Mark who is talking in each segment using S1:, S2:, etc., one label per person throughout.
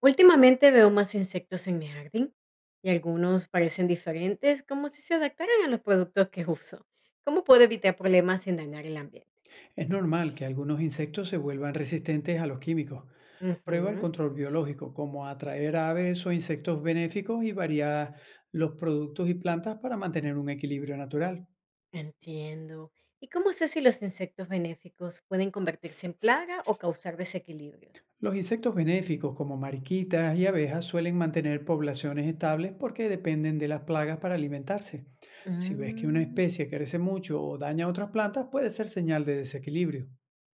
S1: Últimamente veo más insectos en mi jardín y algunos parecen diferentes, como si se adaptaran a los productos que uso. ¿Cómo puedo evitar problemas sin dañar el ambiente?
S2: Es normal que algunos insectos se vuelvan resistentes a los químicos. Prueba el
S1: Ujú,
S2: control biológico, como atraer aves o insectos benéficos y variar los productos y plantas para mantener un equilibrio natural.
S1: entiendo. ¿Y cómo sé si los insectos benéficos pueden convertirse en plaga o causar desequilibrios?
S2: Los insectos benéficos, como mariquitas y abejas, suelen mantener poblaciones estables porque dependen de las plagas para alimentarse. Si ves que una
S1: Mm,
S2: especie crece mucho o daña a otras plantas, puede ser señal de desequilibrio.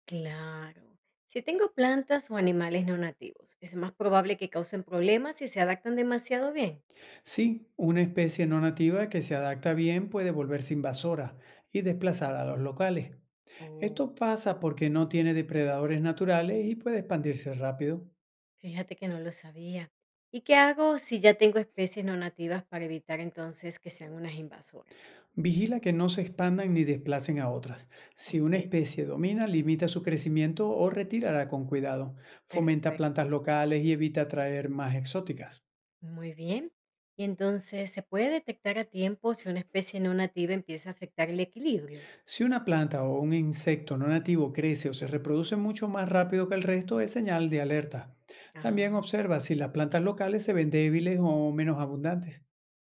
S1: claro. Si tengo plantas o animales no nativos, es más probable que causen problemas si se adaptan demasiado bien.
S2: Sí, una especie no nativa que se adapta bien puede volverse invasora y desplazar a los locales.
S1: Oh.
S2: Esto pasa porque no tiene depredadores naturales y puede expandirse rápido.
S1: Fíjate que no lo sabía. ¿Y qué hago si ya tengo especies no nativas para evitar entonces que sean unas invasoras?
S2: Vigila que no se expandan ni desplacen a otras. Si una
S1: Ok.
S2: especie domina, limita su crecimiento o retírala con cuidado. Fomenta
S1: Perfecto,
S2: plantas locales y evita traer más exóticas.
S1: muy bien. Y entonces, ¿se puede detectar a tiempo si una especie no nativa empieza a afectar el equilibrio?
S2: Si una planta o un insecto no nativo crece o se reproduce mucho más rápido que el resto, es señal de alerta. También
S1: Ah,
S2: observa si las plantas locales se ven débiles o menos abundantes.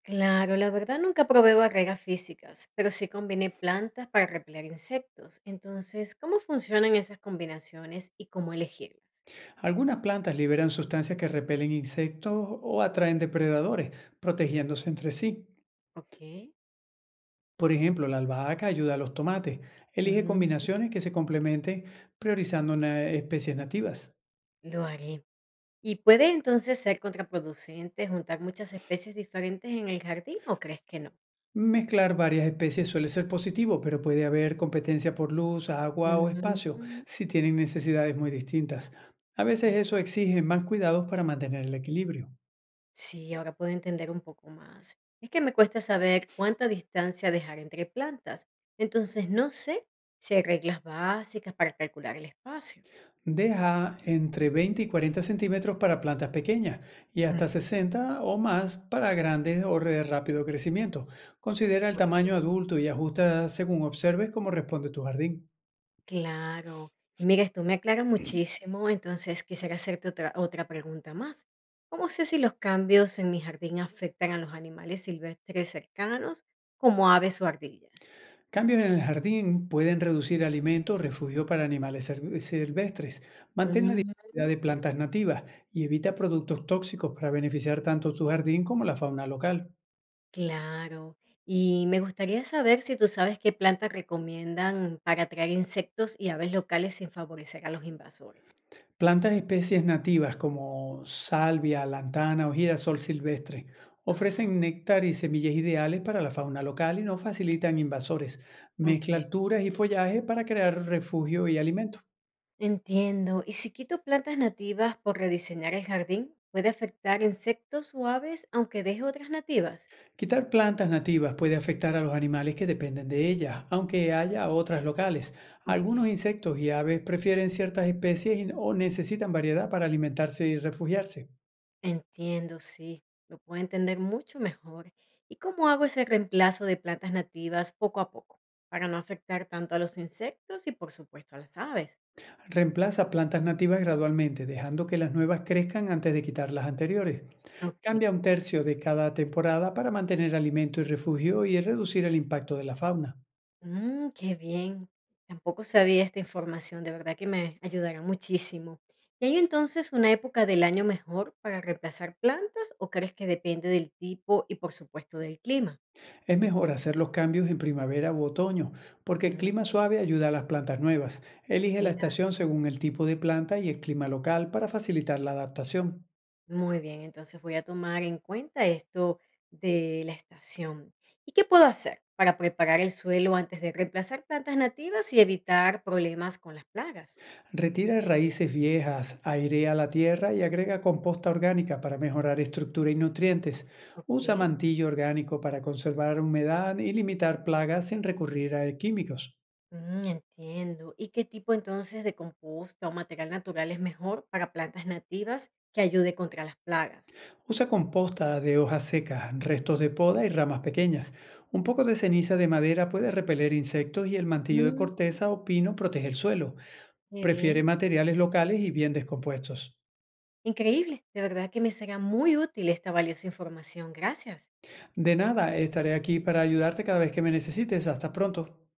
S1: claro, la verdad nunca probé barreras físicas, pero sí combiné plantas para repeler insectos. Entonces, ¿cómo funcionan esas combinaciones y cómo elegirlas?
S2: Algunas plantas liberan sustancias que repelen insectos o atraen depredadores, protegiéndose entre sí.
S1: Ok.
S2: Por ejemplo, la albahaca ayuda a los tomates. Elige
S1: Mm,
S2: combinaciones que se complementen, priorizando especies nativas.
S1: lo haré. ¿Y puede entonces ser contraproducente juntar muchas especies diferentes en el jardín o crees que no?
S2: Mezclar varias especies suele ser positivo, pero puede haber competencia por luz, agua o espacio
S1: Mm,
S2: si tienen necesidades muy distintas. A veces eso
S1: cla-
S2: exige más cuidados para mantener el equilibrio.
S1: Sí, ahora puedo entender un poco más. Es que me cuesta saber cuánta distancia dejar entre plantas. Entonces no sé si hay reglas básicas para calcular el espacio.
S2: Deja entre 20 y 40 centímetros para plantas pequeñas y
S1: Mm,
S2: hasta 60 o más para grandes o de rápido crecimiento. Considera el
S1: muy
S2: tamaño
S1: bien.
S2: adulto y ajusta según observes cómo responde tu jardín.
S1: Claro. Y mira, esto me aclara muchísimo, entonces quisiera hacerte otra pregunta más. ¿Cómo sé si los cambios en mi jardín afectan a los animales silvestres cercanos, como aves o ardillas?
S2: Cambios en el jardín pueden reducir alimentos, refugio para animales silvestres. Mantén la
S1: Mm,
S2: diversidad de plantas nativas y evita productos tóxicos para beneficiar tanto tu jardín como la fauna local.
S1: claro. Y me gustaría saber si tú sabes qué plantas recomiendan para atraer insectos y aves locales sin favorecer a los invasores.
S2: Plantas de especies nativas como salvia, lantana o girasol silvestre ofrecen
S1: Ah,
S2: néctar y semillas ideales para la fauna local y no facilitan invasores. Mezcla
S1: ok.
S2: alturas y follaje para crear refugio y alimento.
S1: Entiendo. ¿Y si quito plantas nativas por rediseñar el jardín, puede afectar insectos o aves aunque deje otras nativas?
S2: Quitar plantas nativas puede afectar a los animales que dependen de ellas, aunque haya otras locales.
S1: Ok.
S2: Algunos insectos y aves prefieren ciertas especies no, o necesitan variedad para alimentarse y refugiarse.
S1: Entiendo, sí. Lo puedo entender mucho mejor. ¿Y cómo hago ese reemplazo de plantas nativas poco a poco para no afectar tanto a los insectos y por supuesto a las aves?
S2: Reemplaza plantas nativas gradualmente, dejando que las nuevas crezcan antes de quitar las anteriores.
S1: Ok.
S2: Cambia un tercio de cada temporada para mantener alimento y refugio y reducir el impacto de la fauna.
S1: Mm, qué bien. Tampoco sabía esta información, de verdad que me ayudará muchísimo. ¿Y hay entonces una época del año mejor para reemplazar plantas o crees que depende del tipo y por supuesto del clima?
S2: Es mejor hacer los cambios en primavera u otoño, porque el
S1: Mm,
S2: clima suave ayuda a las plantas nuevas. Elige la
S1: claro.
S2: estación según el tipo de planta y el clima local para facilitar la adaptación.
S1: Muy bien, entonces voy a tomar en cuenta esto de la estación. ¿Y qué puedo hacer para preparar el suelo antes de reemplazar plantas nativas y evitar problemas con las plagas?
S2: Retira raíces viejas, airea la tierra y agrega composta orgánica para mejorar estructura y nutrientes.
S1: Ok.
S2: Usa mantillo orgánico para conservar humedad y limitar plagas sin recurrir a químicos.
S1: Mm, entiendo. ¿Y qué tipo entonces de composta o material natural es mejor para plantas nativas que ayude contra las plagas?
S2: Usa composta de hojas secas, restos de poda y ramas pequeñas. Un poco de ceniza de madera puede repeler insectos y el mantillo de
S1: Mm,
S2: corteza o pino protege el suelo.
S1: qué bien.
S2: Prefiere materiales locales y bien descompuestos.
S1: Increíble. De verdad que me será muy útil esta valiosa información. Gracias.
S2: De nada, estaré aquí para ayudarte cada vez que me necesites. Hasta pronto.